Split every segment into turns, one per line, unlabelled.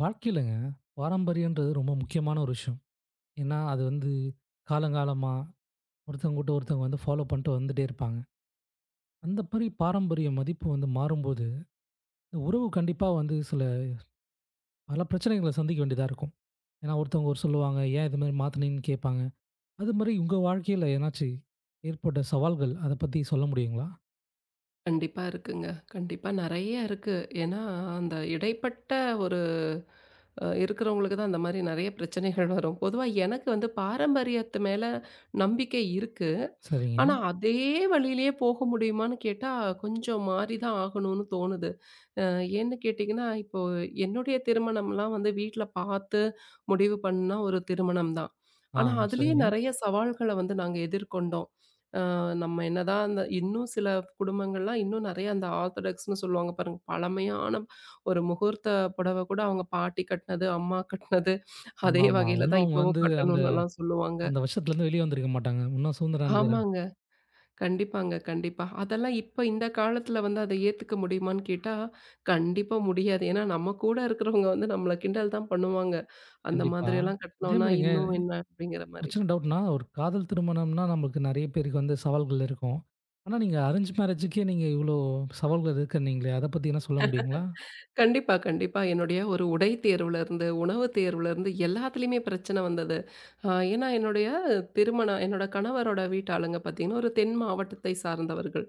வாழ்க்கையிலங்க பாரம்பரியன்றது ரொம்ப முக்கியமான ஒரு விஷயம். ஏன்னா, அது வந்து காலங்காலமா ஒருத்தவங்க விட்டு ஒருத்தவங்க வந்து ஃபாலோ பண்ணிட்டு வந்துட்டே இருப்பாங்க. அந்த மாரி பாரம்பரிய மதிப்பு வந்து மாறும்போது, இந்த உறவு கண்டிப்பா வந்து சில பல பிரச்சனைகள சந்திக்க வேண்டியதா இருக்கும். ஏன்னா, ஒருத்தவங்க ஒரு சொல்லுவாங்க, "ஏன் இது மாரி மாத்துனீங்கன்னு?" கேட்பாங்க. அது மாரி உங்க வாழ்க்கையில ஏனாச்சு ஏற்பட்ட சவால்கள், அத பத்தி சொல்ல முடியுங்களா?
கண்டிப்பா இருக்குங்க. கண்டிப்பா நெறைய இருக்கு. ஏன்னா, அந்த இடைப்பட்ட ஒரு இருக்கிறவங்களுக்கு தான் அந்த மாரி நெறைய பிரச்சனைகள் வரும். பொதுவா எனக்கு வந்து பாரம்பரியத்து மேல நம்பிக்கை இருக்கு.
சரிங்க.
ஆனா, அதே வழியிலேயே போக முடியுமான்னு கேட்டா, கொஞ்சம் மாறி தான் ஆகணும்னு தோணுது. அ ஏன்னு கேட்டீங்கன்னா, இப்போ என்னுடைய திருமணம்லாம் வந்து வீட்ல பார்த்து முடிவு பண்ண ஒரு திருமணம் தான்.
ஆ,
ஆனா, அதிலேயே
சரிங்க.
நெறைய சவால்கள வந்து நாங்க எதிர்கொண்டோம். அ நம்ம என்னதான் அந்த இன்னும் சில குடும்பங்கள்லாம் இன்னும் நெறைய அந்த ஆர்த்தடாக்ஸ்ன்னு சொல்லுவாங்க பாருங்க. பழமையான ஒரு முகூர்த்த புடவ கூட அவங்க பாட்டி கட்டினது, அம்மா கட்டினது, அதே
ஆமாமா.
வகையில
இன்னும்
தான்
அவங்க
இப்பவும்
வந்து அந்த
கட்டணும்னுலாம் சொல்லுவாங்க.
அந்த விஷயத்துலருந்து வெளிய வந்திருக்க மாட்டாங்க. இன்னும் சுதந்திரம் அடைஞ்ச
ஆமாங்க. கண்டிப்பாங்க, கண்டிப்பா. அதெல்லாம் இப்ப இந்த காலத்துல வந்து அத ஏத்துக்க முடியுமான்னு கேட்டா, கண்டிப்பா முடியாது. ஏன்னா, நம்ம கூட இருக்கிறவங்க வந்து நம்மள கிண்டல் தான் பண்ணுவாங்க. அந்த
கண்டிப்பா.
மாதிரியெல்லாம்
அதே
கட்டினோம்னா
மாரிங்க
இன்னும் என்ன அப்படிங்கிற
ஒரு
மாரி.
சின்ன டவுட்னா, ஒரு காதல் திருமணம்னா நமக்கு நெறைய பேருக்கு வந்து சவால்கள் இருக்கும். ஆனா, நீங்க அரேஞ்ச் மேரேஜுக்கே நீங்க இவ்ளோ சவால்கள் இருக்குன்னீங்களே, அத பத்தி என்ன சொல்ல முடியுங்களா?
கண்டிப்பா, கண்டிப்பா. என்னுடைய ஒரு உடை தேர்வுலருந்து, உணவு தேர்வுலருந்து எல்லாத்துலயுமே பிரச்சனை வந்தது. ஏன்னா என்னுடைய திருமணம் என்னோட கணவரோட வீட்டாளுங்க பார்த்தீங்கன்னா, ஒரு தென் மாவட்டத்தை சார்ந்தவர்கள்.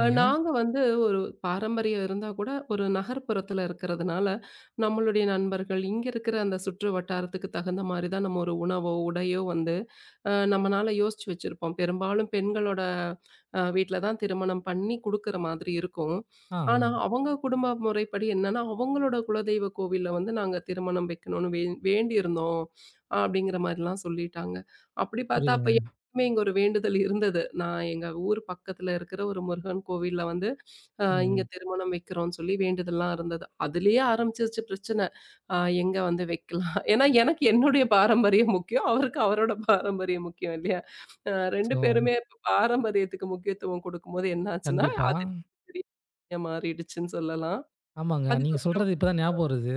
நாங்க வந்து ஒரு பாரம்பரியம் இருந்தா கூட ஒரு நகர்ப்புறத்துல இருக்கிறதுனால, நம்மளுடைய நண்பர்கள் இங்க இருக்கிற அந்த சுற்று வட்டாரத்துக்கு தகுந்த மாரி தான் நம்ம ஒரு உணவோ, உடையோ வந்து நம்மனால யோசிச்சு வச்சிருப்போம். பெரும்பாலும் பெண்களோட வீட்ல தான் திருமணம் பண்ணி குடுக்குற மாதிரி இருக்கும்.
ஆ
ஆனா, அவங்க குடும்ப முறைப்படி என்னன்னா, அவங்களோட குலதெய்வ கோவில்ல வந்து நாங்க திருமணம் வைக்கணும்னு வேண்டியிருந்தோம் அப்படிங்கிற மாரிலாம் சொல்லிட்டாங்க. அப்படி பார்த்தா அப்ப
புரியுதுங்க.
எனக்குமே இங்க ஒரு வேண்டுதல் இருந்தது. நான் எங்க ஊர் பக்கத்துல இருக்கிற ஒரு முருகன் கோவில்ல வந்து இங்க
ம்.
திருமணம் வைக்கிறோம்னு சொல்லி வேண்டுதல்லாம் இருந்தது. அதிலேயே ஆரம்பிச்சிருச்சு பிரச்சனை. எங்க வந்து வைக்கலாம்? ஏன்னா, எனக்கு என்னுடைய பாரம்பரியம் முக்கியம். அவருக்கு அவரோட பாரம்பரியம் முக்கியம் இல்லையா? அ 2
ஸோ
பேருமே இப்ப பாரம்பரியத்துக்கு முக்கியத்துவம் குடுக்கும்போது என்ன ஆச்சுன்னா,
கண்டிப்பா.
அது பெரிய மாறிடுச்சுன்னு சொல்லலாம்.
ஆமாங்க. நீங்க
அதுக்கப்புறம்
சொல்றது இப்ப தான் ஞாபகம் வருது.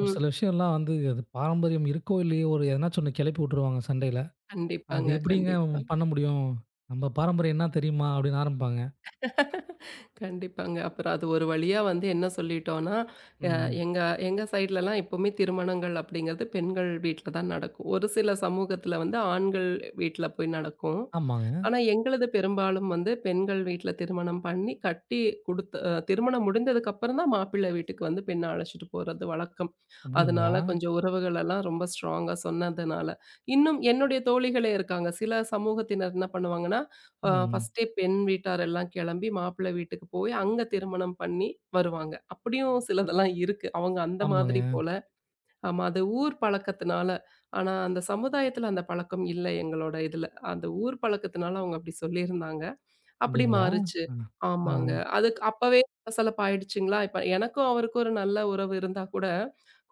ஒரு சில விஷயம்லாம் வந்து அது பாரம்பரியம் இருக்கோ, இல்லையோ ஒரு எதனாச்சும் ஒண்ணு கெளப்பி விட்டுருவாங்க சண்டையில. அது
கண்டிப்பாங்க,
எப்படிங்க
கண்டிப்பா.
பண்ண முடியும்? "நம்ம பாரம்பரியம் என்ன தெரியுமா?" அப்படின்னு ஆரம்பிப்பாங்க.
கண்டிப்பாங்க. அப்புறம் அது ஒரு வழியா வந்து என்ன சொல்லிட்டோம்னா, அ
ம்.
எங்க எங்க சைட்லலாம் எப்பவுமே திருமணங்கள் அப்படிங்கிறது பெண்கள் வீட்ல தான் நடக்கும். ஒரு சில சமூகத்துல வந்து ஆண்கள் வீட்ல போய் நடக்கும்.
ஆமாங்க.
ஆனா எங்களது பெரும்பாலும் வந்து பெண்கள் வீட்ல திருமணம் பண்ணி கட்டி குடுத்து திருமணம் முடிந்ததுக்கு அப்புறம் தான் மாப்பிள்ளை வீட்டுக்கு வந்து பெண்ண அழைச்சிட்டு போறது வழக்கம்.
அப்படிங்களா?
அதனால கொஞ்சம் உறவுகள் எல்லாம் ரொம்ப ஸ்ட்ராங்கா சொன்னதுனால. இன்னும் என்னுடைய தோழிகளே இருக்காங்க. சில சமூகத்தினர் என்ன பண்ணுவாங்கன்னா,
ம்.
ஃபர்ஸ்ட்டே பெண் வீட்டார் எல்லாம் கிளம்பி மாப்பிள்ளை வீட்டுக்கு போய் அங்க திருமணம் பண்ணி வருவாங்க. அப்படியும் சிலதெல்லாம் இருக்கு. அவங்க அந்த மாதிரி
ஆமாங்க.
போல. ஆமா அது ஊர் பழக்கத்தினால. ஆனா அந்த சமுதாயத்துல அந்த பழக்கம் இல்ல எங்களோட இதுல. அந்த ஊர் பழக்கத்தினால அவங்க அப்படி சொல்லியிருந்தாங்க. அப்படி
அப்படிங்களா?
மாறுச்சு.
அ. ஆ.
ஆமாங்க. அதுக்கு அப்பவே சலசலப்பு ஆயிடுச்சுங்களா, இப்ப எனக்கும் அவருக்கும் ஒரு நல்ல உறவு இருந்தா கூட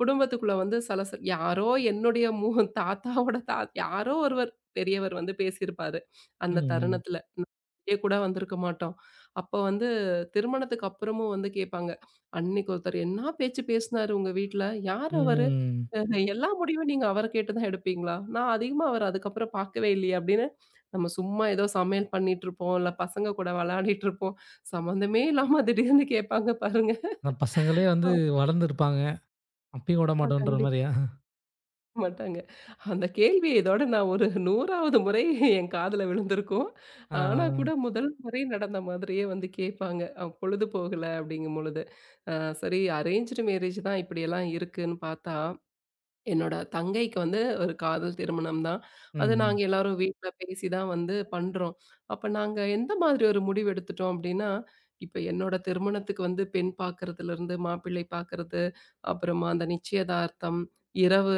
குடும்பத்துக்குள்ள வந்து சலசல யாரோ என்னுடைய தாத்தாவோட யாரோ ஒருவர் பெரியவர் வந்து பேசியிருப்பாரு. அந்த
ம்.
தருணத்துல. வெளிய கூட வந்திருக்க மாட்டோம். அப்போ வந்து திருமணத்துக்கு அப்புறமும் வந்து கேட்பாங்க. "அன்னைக்கு ஒருத்தர் என்னா பேச்சு பேசினாரு உங்க வீட்ல? யார் அவரு?
ம்.
எல்லா முடிவும் நீங்க அவர கேட்டு தான் எடுப்பீங்களா? நான் அதிகமா அவர அதுக்கப்புறம் பார்க்கவே இல்லையே!" அப்படின்னு நம்ம சும்மா ஏதோ சமையல் பண்ணிட்டுருப்போம். இல்ல பசங்க கூட விளையாடிட்டு இருப்போம். சம்மந்தமே இல்லாம திடீர்னு கேட்பாங்க பாருங்க.
அந்த பசங்களே வந்து வளர்ந்துருப்பாங்க. அப்பயும் விடமாட்டோன்ற
கண்டிப்பா.
மாரியா?
மாட்டாங்க. அந்த கேள்வி இதோட நான் ஒரு 100வது முறை என் காதுல விழுந்திருக்கும்.
ஆ.
ஆனா கூட முதல் முறை நடந்த மாதிரியே வந்து கேட்பாங்க. பொழுது போகல அப்படிங்கும் பொழுது. அ சரி அரேஞ்ச்டு மேரேஜ் தான் இப்படியெல்லாம் இருக்குன்னு பார்த்தா, என்னோட தங்கைக்கு வந்து ஒரு காதல் திருமணம் தான். அது
ம்.
நாங்க எல்லாரும் வீட்ல பேசி தான் வந்து பண்றோம். அப்ப நாங்க எந்த மாதிரி ஒரு முடிவு எடுத்துட்டோம் அப்டின்னா, இப்ப என்னோட திருமணத்துக்கு வந்து பெண் பார்க்கறதுலருந்து, மாப்பிள்ளை பார்க்கறது, அப்புறமா அந்த நிச்சயதார்த்தம், இரவு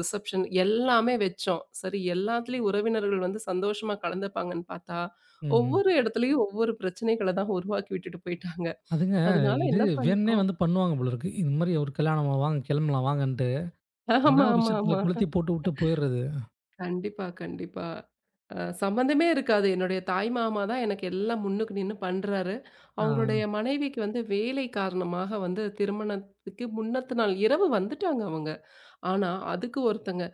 ரிசப்ஷன் எல்லாமே வச்சோம். சரி எல்லாத்துலயும் உறவினர்கள் வந்து சந்தோஷமா கலந்துப்பாங்கன்னு பார்த்தா,
ம்.
ஒவ்வொரு இடத்துலயும் ஒவ்வொரு பிரச்சனைகள தான் உருவாக்கி விட்டுட்டு போயிட்டாங்க.
அதுங்க
அதனால
இது
என்ன
வேணும்னே
பண்றோம்.
வந்து பண்ணுவாங்க போல இருக்கு. இந்த மாரி ஒரு கல்யாணமா வாங்க கிளம்பலாம் வாங்கன்ட்டு.
ஆமா,
எதனா ஒரு
ஆமா,
விஷயத்துல
ஆமா.
கொளுத்தி போட்டுவுட்டு போயிறது.
கண்டிப்பா, கண்டிப்பா. அ சம்மந்தமே இருக்காது. என்னுடைய தாய் மாமா தான் எனக்கு எல்லாம் முன்னுக்கு நின்னு பண்றாரு. அவங்களுடைய
ஆ.
மனைவிக்கு வந்து வேலை காரணமாக வந்து திருமணத்துக்கு முன்னத்த நாள் இரவு வந்துட்டாங்க அவங்க. ஆனா, அதுக்கு ஒருத்தங்க,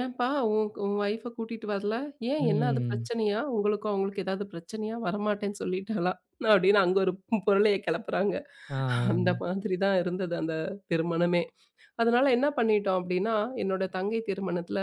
"ஏன்பா உன் உன் ஒய்ஃப கூட்டிட்டு வரல? ஏன் என்னாது
ம்.
பிரச்சனையா? உங்களுக்கும் அவங்களுக்கும் ஏதாவது பிரச்சனையா? வரமாட்டேன்னு சொல்லிட்டாளா?" அப்படின்னு அங்க ஒரு பொருளைய கிளப்புறாங்க.
ஆ.
அந்த மாதிரி தான் இருந்தது அந்த திருமணமே. அதனால என்ன பண்ணிட்டோம் அப்படின்னா, என்னோட தங்கை திருமணத்துல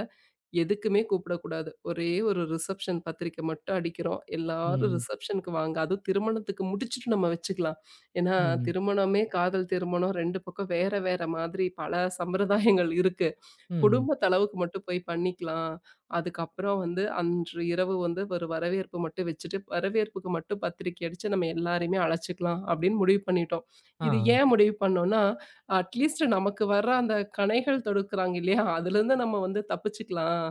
எதுக்குமே கூப்பிடக்கூடாது. ஒரே ஒரு ரிசப்ஷன் பத்திரிக்கை மட்டும் அடிக்கிறோம். எல்லாரும்
ம்.
ரிசப்ஷனுக்கு வாங்க. அதுவும் திருமணத்துக்கு முடிச்சுட்டு நம்ம வச்சுக்கலாம். ஏன்னா,
ம்.
திருமணமே காதல் திருமணம் 2 பக்கம் வேற வேற மாதிரி பல சம்பிரதாயங்கள் இருக்கு.
ம்.
குடும்ப அளவுக்கு மட்டும் போய் பண்ணிக்கலாம். அதுக்கப்புறம் வந்து அன்று இரவு வந்து ஒரு வரவேற்பு மட்டும் வச்சுட்டு, வரவேற்புக்கு மட்டும் பத்திரிக்கை அடிச்சு நம்ம எல்லாரையுமே அழைச்சுக்கலாம் அப்படின்னு முடிவு பண்ணிட்டோம்.
ஆ.
இது ஏன் முடிவு பண்ணோம்னா, அட்லீஸ்ட் நமக்கு வர்ற அந்த கணைகள் தொடுக்குறாங்க இல்லையா? அதுலேருந்து நம்ம வந்து தப்பிச்சுக்கலாம்.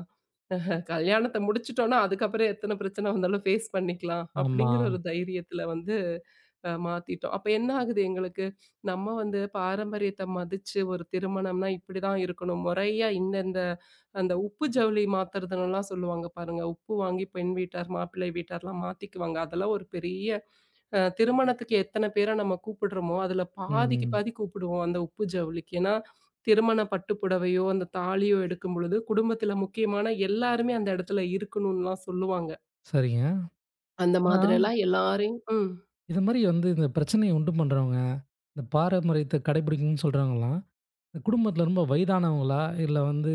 கல்யாணத்த முடிச்சுட்டோம்னா, அதுக்கப்புறம் எத்தன பிரச்சனை வந்தாலும் ஃபேஸ் பண்ணிக்கலாம்.
ஆமா.
அப்படிங்கிற ஒரு தைரியத்துல வந்து மாத்திட்டோம். அப்ப என்ன ஆகுது எங்களுக்கு, நம்ம வந்து பாரம்பரியத்த மதிச்சு ஒரு திருமணம்னா இப்படிதான் இருக்கணும். முறையா இந்தந்த அந்த உப்பு ஜவுளி மாத்துறதுன்னுலாம் சொல்லுவாங்க பாருங்க. உப்பு வாங்கி பெண் வீட்டார், மாப்பிள்ளை வீட்டார்லாம் மாத்திக்குவாங்க. அதெல்லாம் ஒரு பெரிய திருமணத்துக்கு எத்தன பேர நம்ம கூப்பிடுறோமோ, அதுல பாதிக்கு
ம்.
பாதி கூப்பிடுவோம் அந்த உப்பு ஜவுளிக்கு. ஏன்னா, திருமண பட்டு புடவையோ, அந்த தாலியோ எடுக்கும் பொழுது, குடும்பத்தில முக்கியமான எல்லாருமே அந்த இடத்துல இருக்கணும்லாம் சொல்லுவாங்க.
சரிங்க.
அந்த
ஆனா,
மாதிரியெல்லாம் எல்லாரையும் ம்.
இது மாரி வந்து இந்த பிரச்சனைய உண்டு பண்றவங்க, இந்த பாரம்பரியத்த கடைபிடிக்கணும்னு சொல்றவங்கலாம், இந்த குடும்பத்துல ரொம்ப வயதானவங்களா? இல்ல வந்து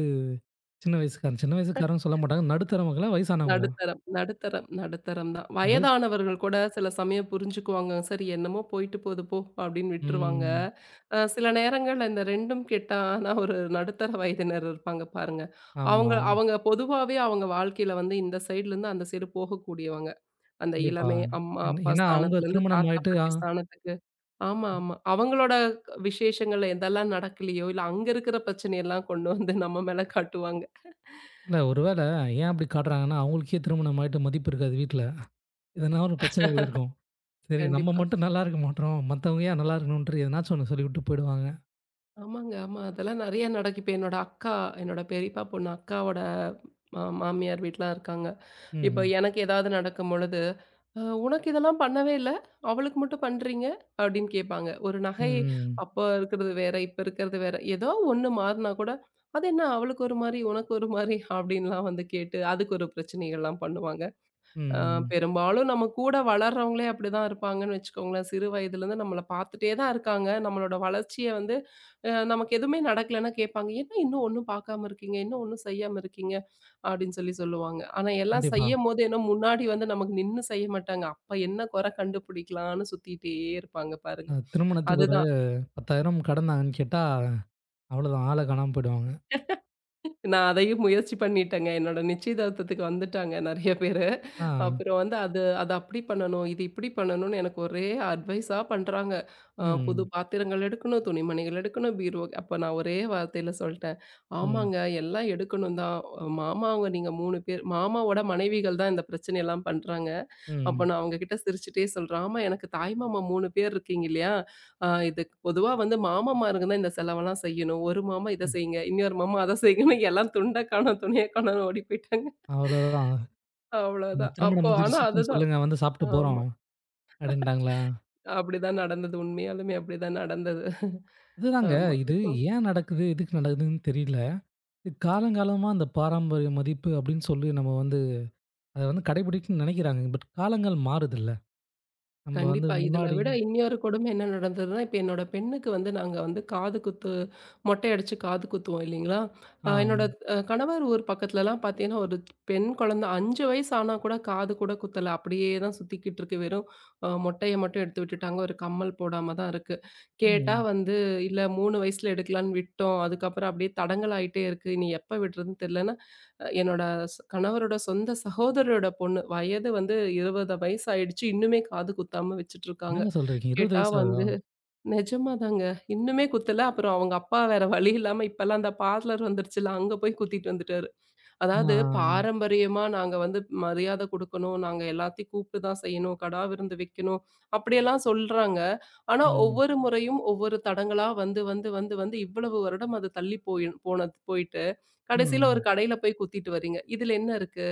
சின்ன வயசுக்காரன்னு சொல்ல மாட்டாங்க. நடுத்தரவங்களா? வயசானவங்களா?
நடுத்தரம், நடுத்தரம், நடுத்தரம் தான்.
வயசு
வயதானவர்கள் கூட சில சமயம் புரிஞ்சுக்குவாங்க. சரி என்னமோ போயிட்டு போது போ அப்படின்னு விட்டுருவாங்க.
ம்.
சில நேரங்கள்ல இந்த 2ம் கெட்டான ஒரு நடுத்தர வயதினர் இருப்பாங்க பாருங்க.
ஆமா.
அவங்க அவங்க பொதுவாவே அவங்க வாழ்க்கையில வந்து இந்த சைட்லேருந்து அந்த சைடு போகக்கூடியவங்க. அந்த
கண்டிப்பா.
இளமை அம்மா,
ஏன்
அப்பா
ஏன்னா அவங்க
ஸ்தானத்துலருந்து
திருமணம்
தாத்தா,
ஆயிட்டு ஆ
பாட்டி ஸ்தானத்துக்கு. ஆமா, ஆமா. அவங்களோட விசேஷங்கள் எதெல்லாம் நடக்கலையோ, இல்ல அங்க இருக்கிற பிரச்சனையெல்லாம் கொண்டு வந்து நம்ம மேல காட்டுவாங்க.
இல்ல ஒருவேள ஏன் அப்படி காட்டுறாங்கன்னா, அவங்களுக்கே திருமணம் ஆயிட்டு மதிப்பு இருக்காது வீட்ல. எதனா ஒரு பிரச்சனைகள் இருக்கும். சரி நம்ம
கண்டிப்பா.
மட்டும் நல்லா இருக்க மாட்றோம். மத்தவங்க ஏன் நல்லா இருக்கணுன்ட்டு எதனாச்சும் ஒண்ணு சொல்லிவிட்டு போயிடுவாங்க.
ஆமாங்க, ஆமா. அதெல்லாம் நெறைய நடக்கும். இப்ப என்னோட அக்கா, என்னோட பெரியப்பா பொண்ணு அக்காவோட மாமியார் வீட்லாம் இருக்காங்க. இப்ப
ம்.
எனக்கு ஏதாவது நடக்கும் பொழுது, "அ உனக்கு இதெல்லாம் பண்ணவே இல்ல, அவளுக்கு மட்டும் பண்றீங்க?" அப்படின்னு கேட்பாங்க. ஒரு
ம்.
நகை
ம்.
அப்ப இருக்கிறது வேற, இப்ப இருக்கிறது வேற. ஏதோ ஒண்ணு மாறுனா கூட, "அது என்ன அவளுக்கு ஒரு மாரி, உனக்கு ஒரு மாரி" அப்படின்லாம் வந்து கேட்டு, அதுக்கு ஒரு பிரச்சனைகள்லாம் பண்ணுவாங்க. அ
ம்.
பெரும்பாலும் நம்ம கூட வளர்றவங்களே அப்படிதான் இருப்பாங்கன்னு வச்சுக்கோங்களேன். சிறு வயதிலேருந்து நம்மள பார்த்துட்டே தான் இருக்காங்க. நம்மளோட வளர்ச்சிய வந்து நமக்கு எதுவுமே நடக்கலன்னா கேட்பாங்க. "என்ன இன்னும் ஒண்ணும் பார்க்காம இருக்கீங்க? இன்னும் ஒண்ணும் செய்யாம இருக்கீங்க?" அப்படின்னு சொல்லுவாங்க. ஆனா எல்லாம்
கண்டிப்பா.
செய்யும்போது என்ன முன்னாடி வந்து நமக்கு நின்னு செய்ய மாட்டாங்க. அப்ப என்ன குறை கண்டுபிடிக்கலாம்ன்னு சுத்திட்டே இருப்பாங்க பாருங்க.
அ திருமணத்துக்கு ஒரு
அதுதான்.
10,000 கடனான்னு கேட்டா, அவ்வளோதான் ஆள காணாம போயிடுவாங்க.
நான் அதையும் முயற்சி பண்ணிட்டேங்க. என்னோட நிச்சயதார்த்தத்துக்கு வந்துட்டாங்க நெறைய பேரு.
ஆ.
அப்புறம் வந்து அது அத அப்படி பண்ணணும், இது இப்படி பண்ணணும்னு எனக்கு ஒரே அட்வைஸா பண்றாங்க. புது
ம்.
பாத்திரங்கள் எடுக்கணும், துணிமணிகள் எடுக்கணும், பீரோ அப்ப நான் ஒரே வார்த்தையில சொல்ட்டேன்.
ம்.
ஆமாங்க எல்லாம் எடுக்கணும் தான். மாமாவங்க நீங்க 3 பேர் மாமாவோட மனைவிகள் தான் இந்த பிரச்சனையெல்லாம் பண்றாங்க. அப்ப
ம்.
நான் அவங்ககிட்ட சிரிச்சுட்டே சொல்றேன், "ஆமா எனக்கு தாய் மாமா 3 பேர் இருக்கீங்க இல்லையா? இது பொதுவா வந்து மாமாமாருங்க தான் இந்த செலவெல்லாம் செய்யணும். ஒரு மாமா இத
ம்.
செய்யுங்க, இன்னொரு மாமா அத செய்யுங்கன்னு எல்லாம் துண்ட காணோம், துணிய காணோம்னு ஓடி போயிட்டாங்க."
அவ்வளோதான். நீங்க
அவ்வளோதான்.
திருமணம்
அப்போ
முடிஞ்சு
ஆனா
ரிசப்ஷன்
அதுதான்.
சொல்லுங்க வந்து சாப்பிட்டு
ஆமா.
போறோம் அப்படின்ட்டாங்களா?
அப்படிதான் நடந்தது. உண்மையாலுமே அப்படிதான் நடந்தது.
அதுதாங்க
ஆமா.
இது
இப்ப
ஏன் நடக்குது? எதுக்கு நடக்குதுன்னு தெரியல. இது காலங்காலமா அந்த பாரம்பரிய மதிப்பு அப்படின்னு சொல்லி நம்ம வந்து அத வந்து கடைபிடிக்கணும்னு நினைக்கிறாங்க. பட் காலங்கள் மாறுதுல்ல. நம்ம வந்து
கண்டிப்பா. இதுல
முன்னாடி
விட இன்னொரு கொடுமை என்ன நடந்ததுன்னா, இப்ப என்னோட பெண்ணுக்கு வந்து நாங்க வந்து காது குத்து மொட்டை அடிச்சு காது குத்துவோம் இல்லைங்களா? என்னோட
ஆ.
கணவர் ஊர் பக்கத்துலலாம் பார்த்தீங்கன்னா, ஒரு பெண் குழந்தை 5 வயசு ஆனா கூட காது கூட குத்தல. அப்படியே தான் சுத்திக்கிட்டு இருக்கு. வெறும் மொட்டைய மட்டும் எடுத்து விட்டுட்டாங்க. ஒரு கம்மல் போடாம தான் இருக்கு. கேட்டா
ம்.
வந்து, "இல்ல 3 வயசுல எடுக்கலான்னு விட்டோம். அதுக்கப்புறம் அப்படியே தடங்கலாயிட்டே இருக்கு. இனி எப்ப விடுறதுன்னு தெரியல." என்னோட கணவரோட சொந்த சகோதரியோட பொண்ணு. வயது வந்து 20 வயசு ஆயிடுச்சு. இன்னுமே காது குத்தாம வச்சுட்டுருக்காங்க.
என்னங்க சொல்றீங்க? 20
கேட்டா
வயசு ஆகுதா?
வந்து நிஜமாதாங்க. இன்னுமே குத்தல. அப்புறம் அவங்க அப்பா வேற வழி இல்லாம இப்பலாம் அந்த பார்லர் வந்துருச்சுல, அங்க போய் குத்திட்டு வந்துட்டாரு. அதாவது
ஆ.
பாரம்பரியமா நாங்க வந்து மரியாதை குடுக்கணும். நாங்க எல்லாத்தையும் கூப்பிட்டு தான் செய்யணும். கடா விருந்து வைக்கணும். அப்படியெல்லாம் சொல்றாங்க. ஆனா,
ம்.
ஒவ்வொரு முறையும் ஒவ்வொரு தடங்களா வந்து இவ்வளவு வருடம் அது தள்ளி போய் போனது போயிட்டு, கடைசியில ஒரு
ம்.
கடையில போய் குத்திட்டு வர்றீங்க. இதுல என்ன இருக்கு?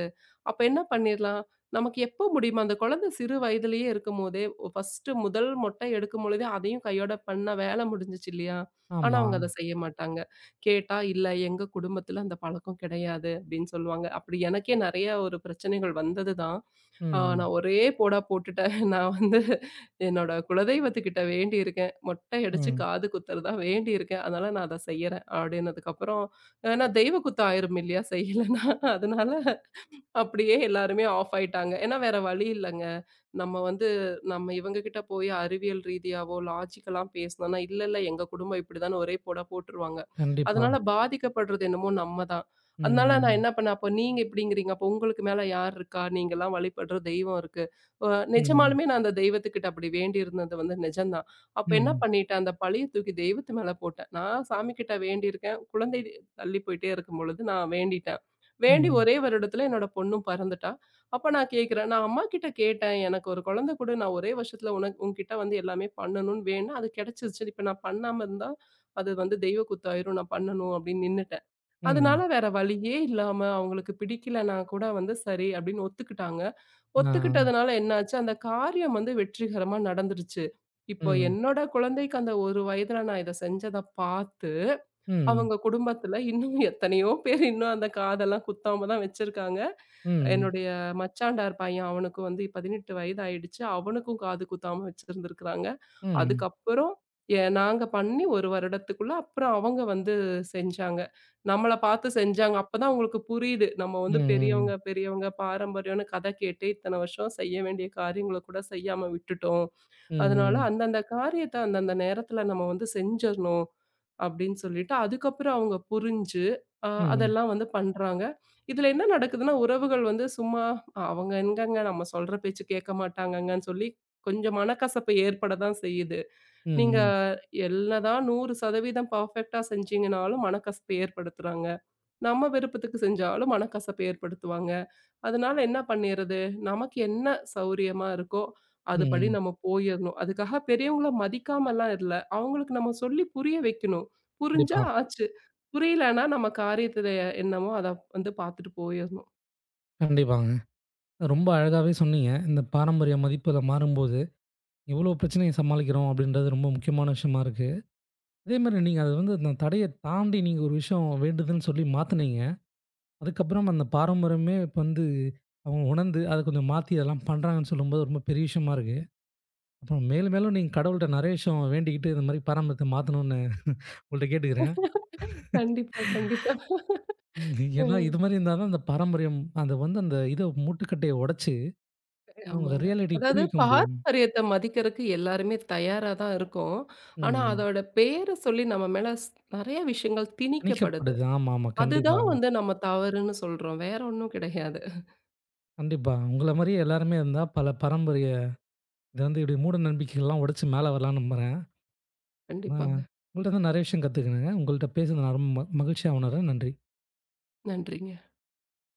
அப்ப என்ன பண்ணிர்லாம்? நமக்கு எப்போ முடியுமோ, அந்த குழந்தை சிறு வயதிலேயே இருக்கும்போதே, ஃபர்ஸ்ட்டு முதல் மொட்டை எடுக்கும் பொழுதே அதையும் கையோட பண்ணா வேலை முடிஞ்சுச்சு இல்லையா? ஆனா,
ஆமா.
அவங்க அத செய்ய மாட்டாங்க. கேட்டா, "இல்ல எங்க குடும்பத்துல அந்த பழக்கம் கிடையாது" அப்படின்னு சொல்லுவாங்க. அப்படி எனக்கே நெறைய ஒரு பிரச்சனைகள் வந்தது தான்.
ம்.
நான் ஒரே போடா போட்டுட்டேன். நான் வந்து என்னோட குலதெய்வத்துக்கிட்ட வேண்டியிருக்கேன். மொட்டை அடிச்சு
ம்.
காது குத்துறதா வேண்டியிருக்கேன். அதனால நான் அத செய்யறேன். அப்படின்னதுக்கப்புறம் ஏன்னா தெய்வ குத்த ஆயிரும் இல்லையா? செய்யலன்னா. அதனால அப்படியே எல்லாருமே ஆஃப் ஆயிட்டாங்க. ஏன்னா வேற வழி இல்லங்க. நம்ம வந்து நம்ம இவங்க கிட்ட போய் அறிவியல் ரீதியாவோ, லாஜிக்கலா பேசணும்னா, இல்ல இல்ல எங்க குடும்பம் இப்படிதான்னு ஒரே போடா போட்டுருவாங்க.
கண்டிப்பா.
அதனால பாதிக்கப்படுறது என்னமோ நம்ம தான். அதனால நான்
ம்.
என்ன பண்ணேன், அப்போ நீங்க இப்படிங்கிறீங்க, அப்போ உங்களுக்கு மேல யார் இருக்கா? நீங்கலாம் வழிபடுற தெய்வம் இருக்கு. அ
ம்.
நிஜமாலுமே நான் அந்த தெய்வத்துக்கிட்ட அப்படி வேண்டியிருந்தது வந்து நிஜம்தான். அப்ப என்ன
ம்.
பண்ணிட்டேன், அந்த பழிய தூக்கி தெய்வத்து மேல போட்டேன். நான் சாமிகிட்ட வேண்டியிருக்கேன். குழந்தை தள்ளி போயிட்டே இருக்கும்பொழுது நான் வேண்டிட்டேன். வேண்டி
ம்.
ஒரே வருடத்துல என்னோட பொண்ணும் பிறந்துட்டா. அப்ப நான் கேட்கிறேன். நான் அம்மாகிட்ட கேட்டேன். எனக்கு ஒரு குழந்தை கொடு. நான் ஒரே வருஷத்துல உன்கிட்ட வந்து எல்லாமே பண்ணணும்னு வேண்டுனேன். அது கிடைச்சிருச்சு. இப்ப நான் பண்ணாம இருந்தா, அது வந்து தெய்வ குத்தாயிரும். நான் பண்ணணும் அப்படின்னு நின்னுட்டேன். அதனால
ம்.
வேற வழியே இல்லாம அவங்களுக்கு பிடிக்கலன்னா கூட வந்து சரி அப்படின்னு ஒத்துக்கிட்டாங்க.
ஆ.
ஒத்துக்கிட்டதுனால என்னாச்சு, அந்த காரியம் வந்து வெற்றிகரமா நடந்துருச்சு. இப்போ
ம்.
என்னோட குழந்தைக்கு அந்த 1 வயதுல நான் இத செஞ்சத பாத்து
ம்.
அவங்க குடும்பத்துல இன்னும் எத்தனையோ பேர் இன்னும் அந்த காதெல்லாம் குத்தாம தான் வச்சிருக்காங்க.
ம்.
என்னுடைய மச்சாண்டார் பையன் அவனுக்கு வந்து 18 வயது ஆயிடுச்சு. அவனுக்கும் காது குத்தாம வச்சிருந்திருக்கிறாங்க.
ம்.
அதுக்கப்புறம் நாங்க பண்ணி 1 வருடத்துக்குள்ள அப்புறம் அவங்க வந்து செஞ்சாங்க. நம்மள பார்த்து செஞ்சாங்க. அப்பதான் அவங்களுக்கு புரியுது. நம்ம
ம்.
வந்து
ம்.
பெரியவங்க பெரியவங்க பாரம்பரியம்னு கதை கேட்டு இத்தன வருஷம் செய்ய வேண்டிய காரியங்கள கூட செய்யாம விட்டுட்டோம்.
ம்,
அதனால
ம்,
அந்தந்த காரியத்த அந்தந்த நேரத்துல நம்ம வந்து செஞ்சிரணும். அப்படின்னு சொல்லிட்டு, அதுக்கப்புறம் அவங்க புரிஞ்சு,
ம்,
அதெல்லாம் வந்து பண்றாங்க. இதுல என்ன நடக்குதுன்னா, உறவுகள் வந்து சும்மா அவங்க எங்கங்க நம்ம சொல்ற பேச்சு கேட்க மாட்டாங்கங்கன்னு சொல்லி, கொஞ்சம் மனக்கசப்பு ஏற்பட தான் செய்யுது. நீங்க
ம்,
என்னதான் 100% பெர்ஃபெக்ட்டா செஞ்சீங்கனாலும் மனக்கசப்பு ஏற்படுத்துறாங்க. நம்ம விருப்பத்துக்கு செஞ்சாலும் மனக்கசப்பு ஏற்படுத்துவாங்க. அதனால என்ன பண்ணிறது, நமக்கு என்ன சௌரியமா இருக்கோ, அதுபடி
ம்.
நம்ம போயிரணும். அதுக்காக பெரியவங்கள மதிக்காமலாம் இல்ல. அவங்களுக்கு நம்ம சொல்லி புரிய வைக்கணும். புரிஞ்சா
கண்டிப்பா,
ஆச்சு. புரியலன்னா நம்ம காரியத்துல என்னமோ அத வந்து பாத்துட்டு போயிரணும்.
கண்டிப்பாங்க. ரொம்ப அழகாவே சொன்னீங்க. இந்த பாரம்பரிய மதிப்புல மாறும்போது, எவ்வளோ பிரச்சனைய சமாளிக்கிறோம் அப்படின்றது ரொம்ப முக்கியமான விஷயமா இருக்கு. அதேமாரி நீங்க அது வந்து அந்த தடைய தாண்டி நீங்க ஒரு விஷயம் வேண்டுதுன்னு சொல்லி மாத்துனீங்க. அதுக்கப்புறம் அந்த பாரம்பரியமே இப்ப வந்து அவங்க உணர்ந்து அத கொஞ்சம் மாத்தி அதெல்லாம் பண்றாங்கன்னு சொல்லும்போது ரொம்ப பெரிய விஷயமா இருக்கு. அப்புறம் மேலும் மேலும் நீங்க கடவுள்ட்ட நெறைய விஷயம் வேண்டிக்கிட்டு இந்த மாரி பாரம்பரியத்த மாத்தணும்னு உங்கள்ட்ட கேட்டுக்கிறேன்.
கண்டிப்பா, கண்டிப்பா.
ஏன்னா
ம்.
இது மாரி இருந்தா தான் அந்த பாரம்பரியம் அது வந்து அந்த இத மூட்டுக்கட்டைய உடைச்சு அவங்க
ஆமாங்க.
ரியாலிட்டி
அதாவது
புரிவிக்க முடியும்.
பாரம்பரியத்த மதிக்கிறதுக்கு எல்லாருமே தயாரா தான் இருக்கோம். ஆனா
ம்.
அதோட பேர சொல்லி நம்ம மேல நெறைய விஷயங்கள் திணிக்கப்படுது.
திணிக்கப்படுது. ஆமா, ஆமா. கண்டிப்பா,
அதுதான் வந்து நம்ம தவறுன்னு சொல்றோம். வேற ஒண்ணும் கிடையாது.
கண்டிப்பா. உங்கள மாரியே எல்லாருமே இருந்தா, பல பாரம்பரிய இத வந்து இப்டி மூட நம்பிக்கைகள்லாம் உடைச்சு மேல வரலாம்னு நம்புறேன். ஆனா,
கண்டிப்பாங்க.
உங்கள்ட்ட இருந்து நெறைய விஷயம் கத்துக்கினேங்க. உங்கள்ட்ட பேசுனது நான் ரொம்ப மகிழ்ச்சியா உணர்றேன். நன்றி.
நன்றிங்க.